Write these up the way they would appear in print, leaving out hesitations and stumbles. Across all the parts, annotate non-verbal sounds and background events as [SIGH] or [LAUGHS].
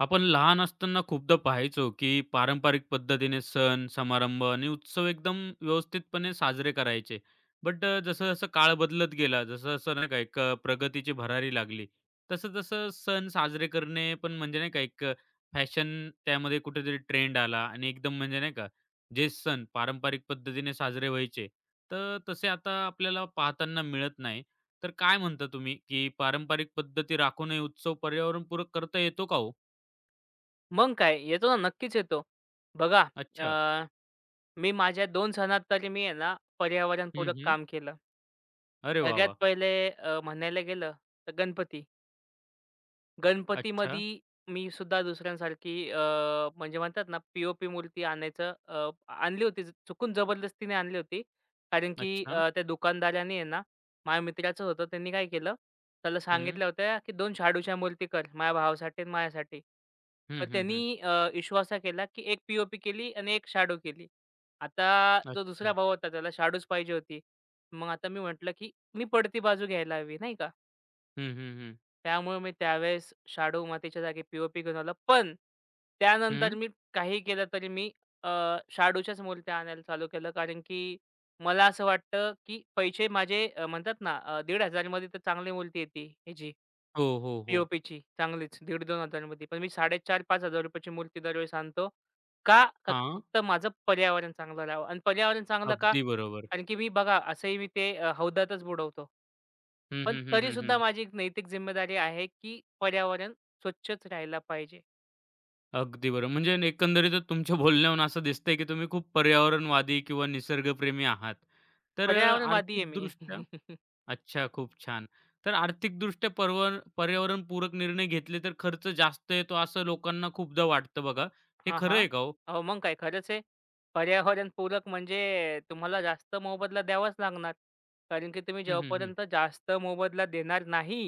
आपण लहान असताना खूपदा पाहायचो, की पारंपरिक पद्धतीने सण, समारंभ आणि उत्सव एकदम व्यवस्थितपणे साजरे करायचे. जसं-जसं काळ बदलत गेला, जसं-जसं नाही का प्रगतीची भरारी लागली, तसं-तसं सण साजरे करणे पण म्हणजे नाही का फॅशन त्यामध्ये कुठेतरी ट्रेंड आला आणि एकदम म्हणजे नाही का, जे सण पारंपरिक पद्धतीने साजरे व्हायचे, तर तसे आता आपल्याला पाहताना मिळत नाही. तर काय म्हणता तुम्ही, की पारंपरिक पद्धती राखूनही उत्सव पर्यावरणपूरक करता येतो का हो? मग काय, येतो ना, नक्कीच येतो. बघा, अच्छा. अ, मी माझ्या दोन सणात तरी मी आहे ना, हं, पर्यावरणपूरक हं. काम केलं. अरे वाह, सगळ्यात वाह! पहिले म्हणायला गेलं तर गणपती. अच्छा, गणपतीमध्ये मी सुद्धा दुसऱ्यांसारखी म्हणजे म्हणतात ना, पी-ओ-पी मूर्ती आणायचं, आणली होती चुकून जबरदस्तीने आणली होती. कारण की अच्छा. त्या दुकानदाराने आहे ना, माझ्या मित्राचं होतं त्यांनी काय केलं, त्याला हं. सांगितल्या होत्या, की 2 शाडूच्या मूर्ती कर माझ्या भावासाठी आणि माझ्यासाठी. हं, पण हं, हं. त्यांनी विश्वासा केला, की एक पी-ओ-पी केली आणि एक शाडू केली. आता जो दुसरा अच्छा. भाऊ होता त्याला शाडूच पाहिजे होती. मग आता मी म्हटलं, की मी पडती बाजू घ्यायला हवी नाही का? हं, हं, हं. त्यामुळे मी त्यावेळेस शाडू मातीच्या जागी पी-ओ-पी घेऊन आलो. पण त्यानंतर हं. मी काही केलं तरी मी, अ, शाडूच्याच मूर्त्या आणायला चालू केलं. कारण की मला असं वाटतं, की पैसे माझे, म्हणतात ना, 1,500 मध्ये तर चांगली मूर्ती येते ह्याची. हो, हो, हो. पी-ओ-पीची चांगलीच 1500 दोन मध्ये. पण मी 4,500-5,000 ची मूर्ती दरवेळेस आणतो. का? का हां. फक्त माझं पर्यावरण चांगलं राहावं आणि पर्यावरण चांगलं का? अगदी बरोबर. कारण की मी बघा असंही मी ते, हौदातच बुडवतो. हं, पण हं, हं, तरी हं, सुद्धा हं. माझी एक नैतिक जिम्मेदारी आहे, की पर्यावरण स्वच्छच राहायला पाहिजे. अगदी बरोबर. म्हणजे एकंदरीतच तुमच्या बोलण्यावरून असं दिसतंय, की तुम्ही खूप पर्यावरणवादी किंवा निसर्गप्रेमी आहात. पर्यावरणवादी आहे मी. आर्थिकदृष्ट्या [LAUGHS] अच्छा, खूप छान. तर आर्थिकदृष्ट्या पर्यावरणपूरक निर्णय घेतले तर खर्च जास्त येतो असं लोकांना खूपदा वाटतं बघा. हे हां, खरं हां. आहे का हो? अहो, मग काय खरंच आहे. पर्यावरणपूरक म्हणजे तुम्हाला जास्त मोबदला द्यावाच लागणार. कारण की तुम्ही हं, हं, हं. जेव्हापर्यंत जास्त मोबदला देणार नाही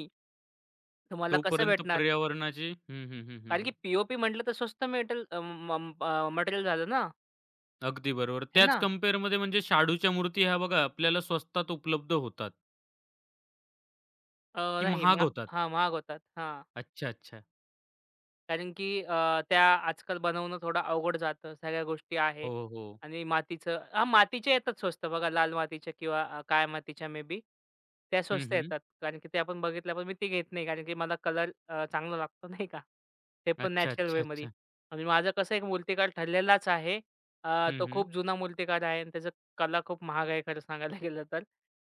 तुम्हाला कसं तोपर्यंत भेटणार? पर्यावरणाची हं, हं, हं, हं, कारण हं. की पी-ओ-पी म्हटलं तर स्वस्त मेटल, अ, म मटेरियल झालं ना, अगदी बरोबर. हे त्याच ना? कंपेअरमध्ये म्हणजे शाडूच्या मूर्ती ह्या बघा आपल्याला स्वस्तात उपलब्ध होतात, अ, की नाही महाग महा होतात? हां, महाग होतात. हां. अच्छा, अच्छा. कारण की त्या आजकाल बनवणं थोडं अवघड जातं. सगळ्या गोष्टी आहे. हो, हो. आणि मातीचं हां, मातीच्या येतात स्वस्त बघा लाल मातीच्या किंवा काळ्या मातीच्या मे बी. त्या हं, स्वस्त हं. येतात. कारण की त्या आपण बघितल्या, पण मी ती घेत नाही. कारण की मला कलर चांगला लागतो नाही का? ते पण अच्छा, नॅचरल अच्छा, वेमध्ये. अच्छा. आणि माझं कसं एक मूर्तिकार ठरलेलाच आहे. हं, तो हं. खूप जुना मूर्तिकार आहे आणि त्याचा कला खूप महाग आहे खरं सांगायला गेलं तर.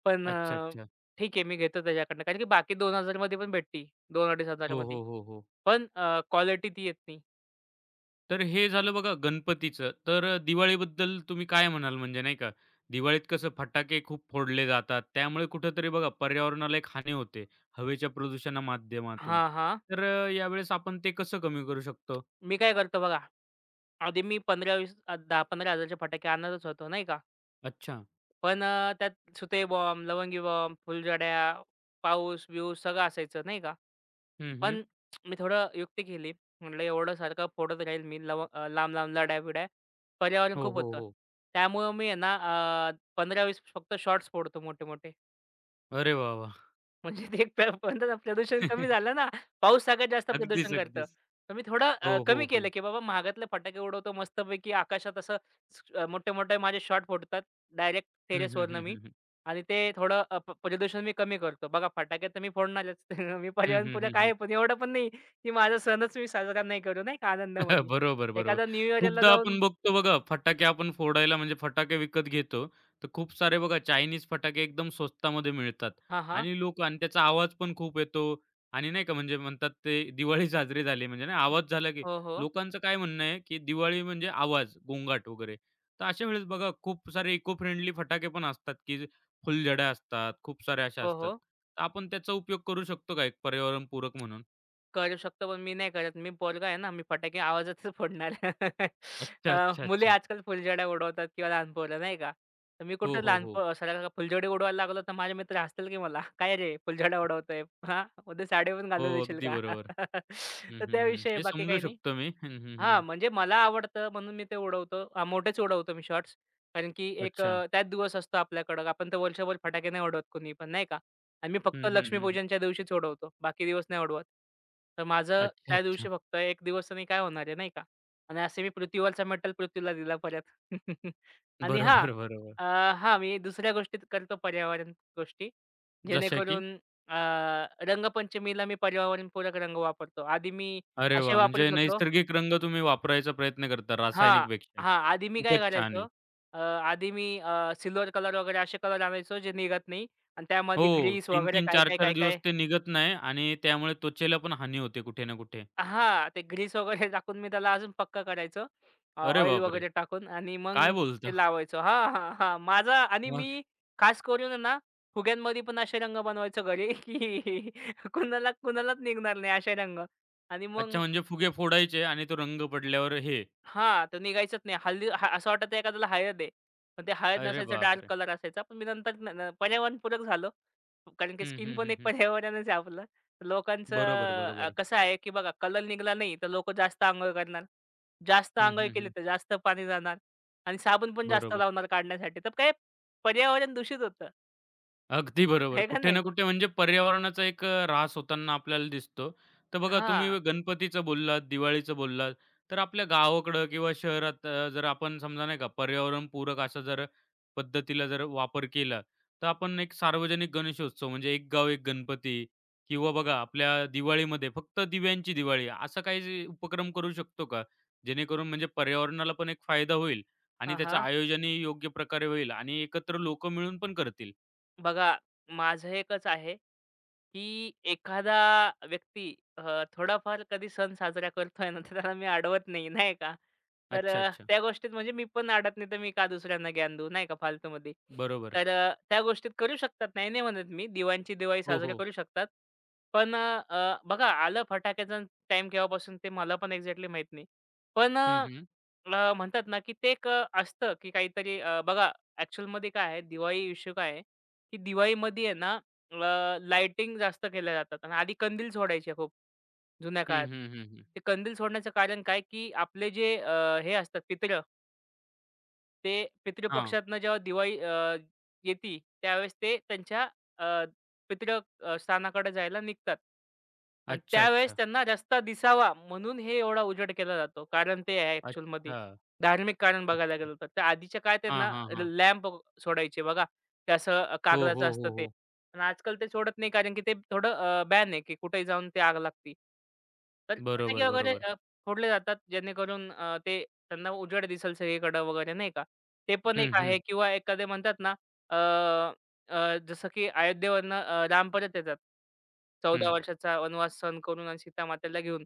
पण अच्छा, अ, अच्छा. ठीक आहे मी घेतो त्याच्याकडनं. कारण की बाकी 2000 मध्ये पण भेटती. 2-2500 हो, मध्ये. हो, हो, हो. क्वालिटी ती येत नाही. तर हे झालं बघा गणपतीचं. दिवाळीबद्दल तुम्ही काय म्हणाल म्हणजे नाही का? दिवाळीत कसं फटाके खूप फोडले जातात. त्यामुळे कुठेतरी बघा पर्यावरणाला एक हानी होते, हवेच्या प्रदूषणा माध्यमातून. हां, हां. यावेळेस आपण ते कसं कमी करू शकतो? मी काय करतो बघा, आधी मी 15-20, 10,000-15,000चे फटाके आणतच होतो नाही का. अच्छा. त्यात सुतई बॉम्ब, लवंगी बॉम्ब, फुलझड्या, पाऊस-बिऊस सगळं असायचं नाही का. हं, हं. पण मी थोडं युक्ती केली. म्हटलं एवढं सारखं फोडत राहील मी लांब-लांब लढ्या-बिढ्या, पर्यावरण हो, खूप हो, होतं. हो. त्यामुळं मी आहे ना, 15 फक्त शॉट्स फोडतो मोठे-मोठे. अरे वाह, वाह! म्हणजे ते एक म्हणतात ना प्रदूषण कमी [LAUGHS] झालं ना, पाऊस सगळ्यात जास्त अगदीच, प्रदूषण करतं. अगदीच. तर मी थोडं, हो, हो, कमी हो. केलं, की बाबा महागातले फटाके उडवतो मस्तपैकी आकाशात असं मोठे-मोठे माझे शॉट फुटतात डायरेक्ट हं, हं, टेरेसवरनं हं, मी. हं, हं. आणि ते थोडं, अ, प प्रदूषण मी कमी करतो. बघा फटाके तर मी फोडणारच. [LAUGHS] मी हं, हं, पर्यावरणपूरक हं, आहे, पण एवढं पण नाही, की माझा सणच मी साजरा नाही करू, नाही का [LAUGHS] आनंदामध्ये. बरोबर, बरोबर. एखादा न्यू इयरला खूपदा जाऊन आपण बघतो बघा, फटाके आपण फोडायला म्हणजे फटाके विकत घेतो, तर खूप सारे बघा चायनीज फटाके एकदम स्वस्तामध्ये मिळतात हां, हां. आणि लोक आणि त्याचा आवाज पण खूप येतो आणि नाही का म्हणजे म्हणतात ते दिवाळी साजरी झाली म्हणजे ना आवाज झाला की हो, हो. लोकांचं काय म्हणणं आहे, की दिवाळी म्हणजे आवाज, गोंगाट वगैरे. तर अशा वेळेस बघा खूप सारे इको फ्रेंडली फटाके पण असतात, की फुलझड्या असतात, खूप साऱ्या अशा हो, असतात. हो. तर आपण त्याचा उपयोग करू शकतो का एक पर्यावरणपूरक म्हणून? करू शकतो, पण मी नाही करत. मी पोरगा आहे ना, मी फटाके आवाजातच फोडणार. [LAUGHS] अच्छा, अच्छा, मुले अच्छा. आजकाल फुलझड्या उडवतात किंवा लहान पोरं नाही का? तर मी हो, कुठं हो, लहान हो. पो साला फुलझडी उडवायला लागलो, तर माझे मित्र हसतील की मला, "काय रे फुलझड्या उडवतोय? हां, उद्या साडी पण हो, घालून येशील अगदी का?" बरोबर. [LAUGHS] हं, तर हं, हं. त्याविषयी, हे बाकी समजू काही नाही. शकतो मी. हं, हं, हां, हं. म्हणजे मला आवडतं म्हणून मी ते उडवतो. मोठेच उडवतो मी शॉट्स. कारण की एक, अच्छा. त्यात दिवस असतो आपल्याकडं. आपण तर वर्षभर फटाके नाही उडवत कोणी पण, नाही का? आणि मी हं, फक्त हं, हं, हं. लक्ष्मीपूजनच्या दिवशीच उडवतो. बाकी दिवस नाही उडवत. तर माझं अच्छा, त्या दिवशी अच्छा. फक्त 1 दिवसाने काय होणार आहे, नाही का? आणि असे मी पृथ्वीवरचा मेटल पृथ्वीला दिला परत. [LAUGHS] आणि हां, बरोबर, बरोबर. अ, हां, मी दुसऱ्या गोष्टीत करतो पर्यावरण गोष्टी. जसे की? जेणेकरून, अ, रंगपंचमीला मी पर्यावरणपूरक रंग वापरतो. आधी मी अरे असे वाह! वापरत म्हणजे होतो नैसर्गिक रंग तुम्ही वापरायचा प्रयत्न करता हा, रासायनिकपेक्षा. हां. आधी मी काय खूपच छान करायचो, आहे. अ, आधी मी अ, सिल्वर कलर वगैरे असे कलर आणायचो जे निघत नाही आणि हो, त्यामध्ये ग्रीस वगैरे 3-3, काय, काय, 4-4 काय, दिवस काय. ते निघत नाही आणि त्यामुळे त्वचेला पण हानी होते कुठे ना कुठे. हां, ते ग्रीस वगैरे [LAUGHS] टाकून मी त्याला अजून पक्का करायचो. अरे ऑइल बापरे! वगैरे टाकून आणि मग काय बोलता? ते लावायचो. हां, हां, हां. माझा आणि मग? मी खास करून आहे ना, फुग्यांमध्ये पण असे रंग बनवायचो घरी, [LAUGHS] की कुणाला कुणालाच निघणार नाही असे रंग. आणि अच्छा, मग म्हणजे फुगे फोडायचे आणि तो रंग पडल्यावर हे. हां, तर निघायचंच नाही. हल्ली हा असं वाटायचं एखाद्याला हळद आहे. पण ते हळद अरे नसायचं डार्क बापरे! कलर असायचा. पण मी नंतर न न पर्यावरणपूरक झालो. कारण की हं, स्किन हं, पण हं, एक हं. पर्यावरणच आहे आपलं. तर लोकांचं, बरोबर, बरोबर. कसं आहे की बघा कलर निघाला नाही तर लोकं जास्त अंघोळ करणार. जास्त हं, अंघोळ हं, केली हं. तर जास्त पाणी जाणार आणि साबण पण जास्त बरोबर. लावणार काढण्यासाठी. तर काय पर्यावरण दूषित होतं. अगदी बरोबर. आहे का कुठे नाही? ना कुठे म्हणजे पर्यावरणाचा ऱ्हास होताना आपल्याला दिसतो. तर बघा तुम्ही हां. गणपतीचं बोललात, दिवाळीचं बोललात, तर आपल्या गावाकडं किंवा शहरात जर आपण समजा नाही का पर्यावरण पूरक असा जर पद्धतीला जर वापर केला, तर आपण एक सार्वजनिक गणेशोत्सव म्हणजे एक गाव एक गणपती किंवा बघा आपल्या दिवाळीमध्ये फक्त दिव्यांची दिवाळी असा काही जे उपक्रम करू शकतो का? जेणेकरून म्हणजे पर्यावरणाला पण एक फायदा होईल आणि हां, त्याचं हां. आयोजनही योग्य प्रकारे होईल आणि एकत्र लोकं मिळून पण करतील. बघा माझं एकच आहे, की एखादा व्यक्ती, थोडाफार कधी सण साजरा करतोय ना, तर त्याला मी अडवत नाही, नाही का? तर, अच्छा, अच्छा. त्या गोष्टीत म्हणजे मी पण अडत नाही, तर मी का दुसऱ्यांना ज्ञान देऊ, नाही का फालतूमध्ये. बरोबर. तर, त्या गोष्टीत करू शकतात, नाही नाही म्हणत मी. दिवाणची दिवाळी हो, साजरी हो. करू शकतात. पण अ, बघा आलं फटाक्याचा टाईम केव्हापासून ते मला पण एक्झॅक्टली माहीत नाही. पण हं, अ, हं. म्हणतात ना, की ते एक, असतं, की काहीतरी, बघा ॲक्चुअलमध्ये काय आहे, दिवाळी इश्यू काय आहे, की दिवाळीमध्ये आहे ना लाइटिंग जास्त केल्या जातात आणि आधी कंदील सोडायचे खूप जुन्या हं, काळात. हं, हं, हं. ते कंदील सोडण्याचं कारण काय, की आपले जे, हे असतात पितरं ते हां. पितृपक्षातनं जेव्हा दिवाळी, येती, त्यावेळेस ते त्यांच्या, अ, पितृ, स्थानाकडे जायला निघतात. आणि अच्छा, त्यावेळेस अच्छा. त्यांना रस्ता दिसावा म्हणून हे एवढा उजेड केला जातो. कारण ते आहे ॲक्चुअलमध्ये. अच्छा, धार्मिक कारण बघायला अच्छा. गेलं तर. त्या आधीच्या काळात हां, त्यांना हां, हां. लॅम्प सोडायचे बघा. ते असं, हो, हो, कागदाचं असतं हो, ते. हो. पण आजकाल ते सोडत नाही कारण की ते थोडं बॅन आहे की कुठेही जाऊन ते आग लागती. तर बरोबर, फटाके वगैरे, बरोबर. फोडले जातात जेणेकरून, ते त्यांना उजेड दिसेल सगळीकडं वगैरे नाही का? ते पण एक हं, हं, आहे किंवा एखादे म्हणतात ना, अ, अ, जसं की अयोध्येवरनं, राम परत येतात. 14 हं. वर्षाचा वनवास सहन करून आणि सीता मातेला घेऊन.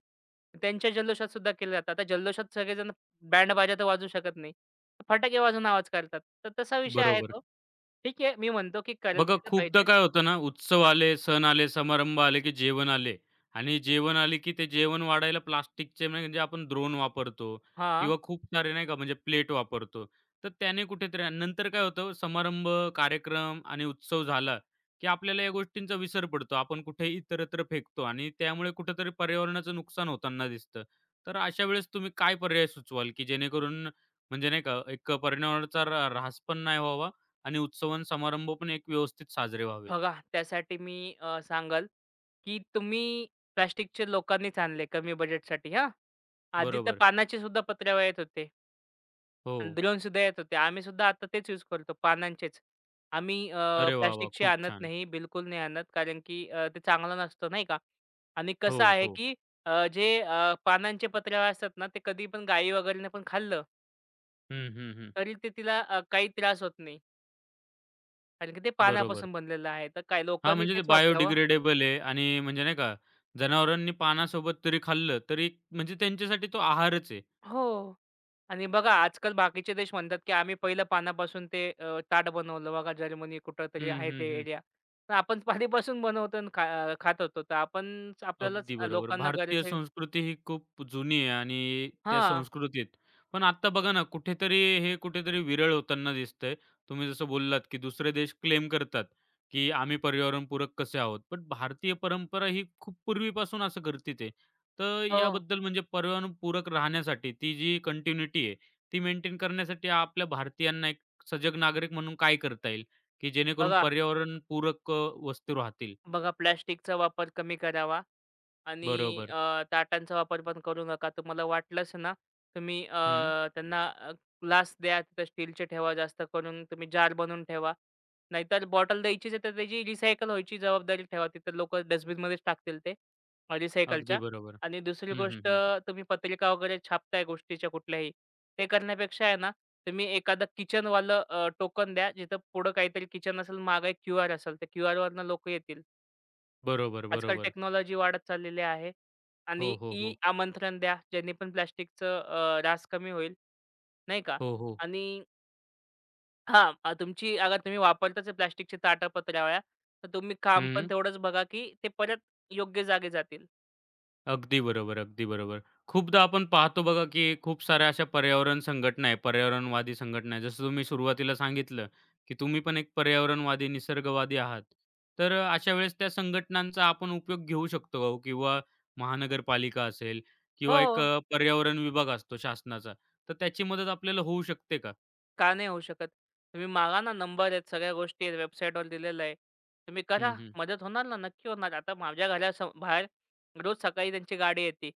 त्यांच्या जल्लोषात सुद्धा केलं जातं. आता जल्लोषात सगळेजण बँड बाजा तर वाजवू शकत नाही. फटाके वाजवून आवाज करतात. तर तसा विषय आहे बरोबर. तो. ठीक आहे, मी म्हणतो की करायला बघा केलं खूपदा पाहिजे. काय होतं ना, उत्सव आले, सण आले, समारंभ आले, की जेवण आले आणि जेवण आले, की ते जेवण वाढायला प्लास्टिकचे म्हणजे आपण द्रोण वापरतो हां. किंवा खूप सारे नाही का म्हणजे प्लेट वापरतो. तर त्याने कुठेतरी नंतर काय होतं समारंभ, कार्यक्रम आणि उत्सव झाला, की आपल्याला या गोष्टींचा विसर पडतो. आपण कुठे इतरत्र फेकतो आणि त्यामुळे कुठेतरी पर्यावरणाचं नुकसान होताना दिसतं. तर अशा वेळेस तुम्ही काय पर्याय सुचवाल, की जेणेकरून म्हणजे नाही का एक पर्यावरणाचा ऱ्हास पण नाही व्हावा आणि उत्सव आणि समारंभ पण एक व्यवस्थित साजरे व्हावेत. बघा त्यासाठी मी, सांगल, की तुम्ही प्लास्टिकचे लोकांनीच आणले कमी बजेटसाठी हां. आधी तर बरोबर. पानाचे सुद्धा पत्र्यावळ येत होते हो. आणि ड्रोन सुद्धा येत होते. आम्ही सुद्धा आता तेच यूज करतो पानांचेच. आम्ही अरे वाह, वाह! प्लास्टिकचे खूप आणत छान. नाही, बिलकुल नाही आणत कारण की, ते चांगलं नसतं नाही का? आणि कसं हो, आहे, हो. की, जे, पानांचे पत्र्यावळ असतात ना, ते कधी पण गायी वगैरेने पण खाल्लं, हं, हं, हं. तरी ते तिला, काही त्रास होत नाही. कारण की ते बरोबर. पानापासून बनलेलं आहे. तर काय हां, लोकांनी म्हणजे ते तेच वापरावं. बायोडिग्रेडेबल आहे आणि म्हणजे नाही का, जनावरांनी पानासोबत जरी खाल्लं तरी म्हणजे त्यांच्यासाठी तो आहारच आहे. हो. आणि बघा आजकाल बाकीचे देश म्हणतात, की आम्ही पहिल्या पानापासून ते, ताट बनवलं. बघा जर्मनी कुठेतरी हं, आहे ते हं, हं. एरिया. तर आपण [LAUGHS] पाणीपासून बनवतो आणि खात होतो. तर आपण आपल्यालाच अगदी बरोबर. लोकांना भारतीय गरज आहे संस्कृती ही खूप जुनी आहे आणि त्या हां. संस्कृतीत पण आता बघा ना, कुठेतरी हे कुठेतरी विरळ होताना दिसतंय. तुम्ही जसं बोललात, की दुसरे देश क्लेम करतात, की आम्ही पर्यावरणपूरक कसे आहोत. पण भारतीय परंपरा ही खूप पूर्वीपासून असं करते ते. तर हो. याबद्दल म्हणजे पर्यावरणपूरक राहण्यासाठी ती जी कंटिन्यूटी आहे, ती मेंटेन करण्यासाठी आपल्या भारतीयांना एक सजग नागरिक म्हणून काय करता येईल, की जेणेकरून बघा, पर्यावरणपूरक वस्तू राहतील? बघा, प्लास्टिकचा वापर कमी करावा. आणि, बरोबर. ताटांचा वापर पण करू नका. तुम्हाला वाटलंच ना, तुम्ही, हं. त्यांना, ग्लास द्या, तिथं स्टीलचे ठेवा जास्त करून. तुम्ही जार बनवून ठेवा. नाहीतर बॉटल द्यायचीच आहे, तर त्याची रिसायकल व्हायची जबाबदारी ठेवा. तिथं लोकं डस्टबिनमध्येच टाकतील ते, अगदी रिसायकलच्या. बरोबर. आणि दुसरी हं, हं, गोष्ट, हं. तुम्ही पत्रिका वगैरे छापताय गोष्टीच्या कुठल्याही, ते करण्यापेक्षा आहे ना, तुम्ही एखादं किचनवालं, टोकन द्या, जिथं पुढं काहीतरी किचन असेल, मागे क्यूआर असेल, त्या क्यूआरवरनं लोकं येतील. बरोबर, आजकाल बरोबर. टेक्नॉलॉजी वाढत चाललेली आहे. आणि हो, हो, ई हो. आमंत्रण द्या, ज्यांनी पण प्लास्टिकचं, रास कमी होईल, नाही का? हो, हो. आणि हां, तुमची अगर तुम्ही वापरताच आहे प्लास्टिकची ताटं, पत्रावळ्या, तर तुम्ही काम पण हं. तेवढंच बघा, की ते परत योग्य जागे जातील. अगदी बरोबर, अगदी बरोबर. खूपदा आपण पाहतो बघा, की खूप साऱ्या अशा पर्यावरण संघटना आहे, पर्यावरणवादी संघटना आहे. जसं तुम्ही सुरुवातीला सांगितलं, की तुम्ही पण एक पर्यावरणवादी, निसर्गवादी आहात. अशा वेळेस त्या संघटनांचा आपण उपयोग घेऊ शकतो का हो? किंवा महानगरपालिका असेल किंवा एक हो. अ, पर्यावरण विभाग असतो शासनाचा, तर त्याची मदत आपल्याला होऊ शकते का? का नाही होऊ शकत? तुम्ही मागा ना नंबर आहेत, सगळ्या गोष्टी आहेत, वेबसाईटवर दिलेलं आहे. तुम्ही करा, हं, हं. मदत होणार ना, नक्की होणार. आता माझ्या घरासम बाहेर रोज सकाळी त्यांची गाडी येते.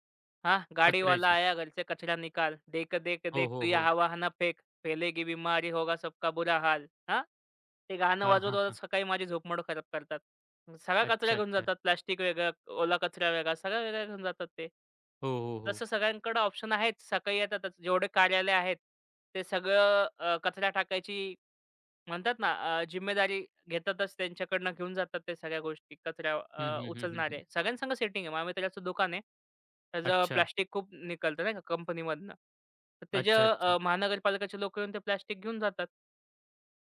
हां, गाडीवाला कचऱ्याची. आया घर से कचरा निकाल, देख देख हो, देख तू हो, या हो. हवा-हवा फेक, फैलेगी बीमारी होगा सबका बुरा हाल. हां, ते गाणं हां, हां, वाजवत-वाजवत हां. सकाळी माझी झोपमोड खराब करतात. मग सगळा कचरा अच्छा, घेऊन अच्छा. जातात. प्लास्टिक वेगळं, ओला कचरा वेगळा, सगळा वेगळा घेऊन जातात ते. हो, हो, हो. जसं सगळ्यांकडे ऑप्शन आहेत, सकाळी येतातच. जेवढे कार्यालय आहेत, ते सगळं, कचरा टाकायची म्हणतात ना, जिम्मेदारी घेतातच त्यांच्याकडनं घेऊन जातात ते सगळ्या गोष्टी. कचरा, हं, हं, हं, हं, हं. उचलणारे. सगळ्यांसंग सेटिंग आहे. माझ्या मित्राचं दुकान आहे. त्याचं अच्छा. प्लास्टिक खूप निघालतं नाही का कंपनीमधनं. तर अच्छा, अच्छा. त्याच्या महानगरपालिकाचे लोकं येऊन ते प्लास्टिक घेऊन जातात.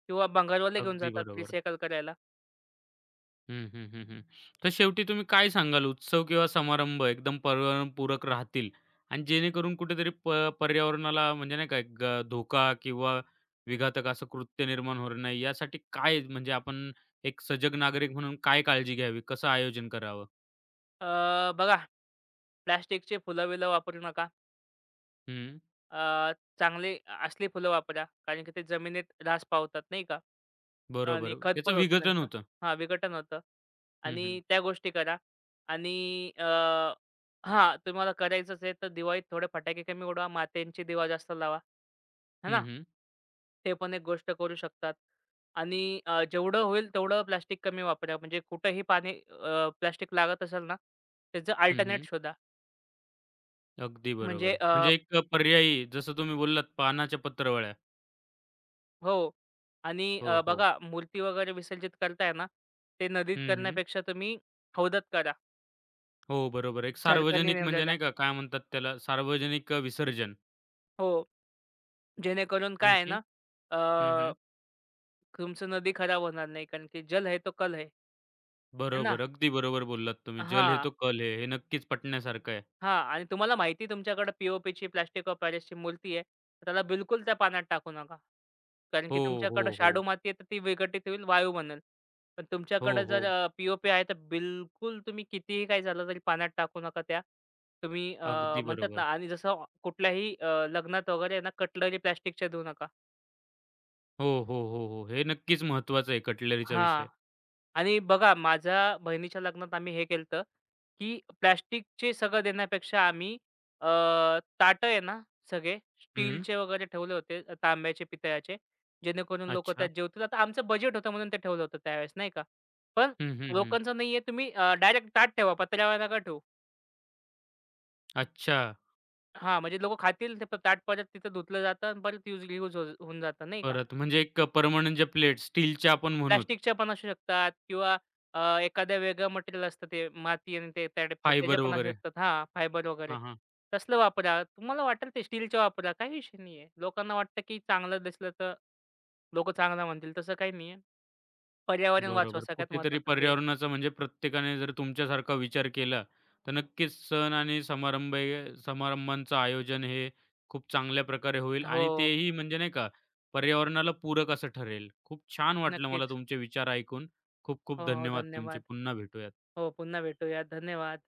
किंवा भंगारवाले घेऊन अगदी जातात बरोबर. रिसायकल करायला. हं, हं, हं, हं. तर शेवटी तुम्ही काय सांगाल उत्सव किंवा समारंभ एकदम पर्यावरणपूरक राहतील आणि जेणेकरून कुठेतरी पर्यावरणाला म्हणजे नाही का एक धोका किंवा विघातक असं कृत्य निर्माण होणार नाही यासाठी काय म्हणजे आपण एक सजग नागरिक म्हणून काय काळजी घ्यावी? कसं आयोजन करावं? बघा प्लास्टिकचे फुलं-बिलं वापरू नका. हं. अ, चांगले असली फुलं वापरा. कारण की ते जमिनीत ऱ्हास पावतात नाही का? बरोबर. आणि खत त्याचं पण होतं विघटन त्यांचं. होतं. हां, विघटन होतं हं, हं. आणि त्या गोष्टी करा. आणि, हां, तुम्हाला करायचंच आहे तर दिवाळीत थोडे फटाके कमी उडवा. मात्यांची दिवा जास्त लावा. है ना? हं, हं. ते पण एक गोष्ट करू शकतात. आणि, जेवढं होईल तेवढं प्लास्टिक कमी वापरा. म्हणजे कुठेही पाणी प्लास्टिक लागत असेल ना, त्याचं हं, अल्टरनेट हं. शोधा. अगदी बरोबर. म्हणजे म्हणजे एक पर्यायी जसं तुम्ही बोललात पानाच्या पत्रावळ्या. हो. आणि, हो, हो. बघा मूर्ती वगैरे विसर्जित करताय ना, ते नदीत हं, हं. करण्यापेक्षा तुम्ही हौदात करा. हो, बरोबर. एक सरकारने सार्वजनिक म्हणजे नेमलेल्या. नाही का, काय म्हणतात त्याला, सार्वजनिक विसर्जन. हो. जेणेकरून काय आहे आणखी ना, अ, हं, हं. तुमचं नदी खराब होणार नाही. कारण की जल है तो कल है. है ना? बरोबर. अगदी बरोबर बोललात तुम्ही. "जल है हां, तो कल है." हे नक्कीच पटण्यासारखं आहे. हां. आणि तुम्हाला माहिती आहे तुमच्याकडे प्लास्टिक ऑफ पॅरिसची मूर्ती आहे. तर त्याला बिलकुल त्या पाण्यात टाकू नका. कारण की हो, तुमच्याकडं हो, हो. शाडू माती आहे, तर ती विघटित होईल, वायू बनेल. पण हो, तुमच्याकडे हो. जर, पी-ओ-पी आहे, तर बिलकुल तुम्ही कितीही काही झालं तरी पाण्यात टाकू नका त्या. तुम्ही, अगदी म्हणतात ना बरोबर. आणि जसं कुठल्याही, लग्नात वगैरे आहे ना, कटलरी प्लास्टिकच्या देऊ नका. हो, हो, हो, हो. हे नक्कीच महत्त्वाचं आहे कटलरीचा हां. विषय. आणि बघा माझ्या बहिणीच्या लग्नात आम्ही हे केलं, की प्लास्टिकचे सगळं देण्यापेक्षा आम्ही, अ, ताटं आहे ना सगळे हं. स्टीलचे वगैरे ठेवले होते, तांब्याचे पितळ्याचे जेणेकरून लोक त्यात अच्छा. जेवतील. आता आमचं बजेट होतं म्हणून ते ठेवलं होतं त्यावेळेस नाही का. पण हं, हं, हं. लोकांचं नाहीये तुम्ही डायरेक्ट ताट ठेवा पत्र्यावर नका ठेवू. अच्छा. हा म्हणजे लोक खातील ते ताट परत तिथं धुतलं जातं आणि परत यूज यूज होऊन जातं नाही का. परत म्हणजे एक परमानंट ज्या प्लेट्स स्टीलच्या आपण म्हणूत, प्लास्टिकच्या पण असू शकतात किंवा, एखाद्या वेगळं मटेरियल असतं ते माती आणि ते त्या टाईपचं त्याच्या फायबर पण असू वगैरे. शकतात हां, फायबर वगैरे. हां, हां. तसलं वापरा. तुम्हाला वाटेल ते स्टीलच्या वापरा. काही विषय नाहीये. लोकांना वाटतं की चांगलं दिसलं तर लोकं चांगलं म्हणतील. तसं काही नाहीये. पर्यावरण वाचवा बरोबर. सगळ्यात कुठेतरी महत्वाचं ते. पर्यावरणाचा म्हणजे प्रत्येकाने जर तुमच्यासारखा विचार केला, तर नक्कीच सण आणि समारंभ हे समारंभांचं आयोजन हे खूप चांगल्या प्रकारे होईल आणि हो, तेही म्हणजे नाही का, पर्यावरणाला पूरक असं ठरेल. खूप छान वाटलं मला नक्कीच. तुमचे विचार ऐकून. खूप खूप हो, हो. धन्यवाद तुमचे. धन्यवाद. पुन्हा भेटूयात. हो, पुन्हा भेटूया. धन्यवाद.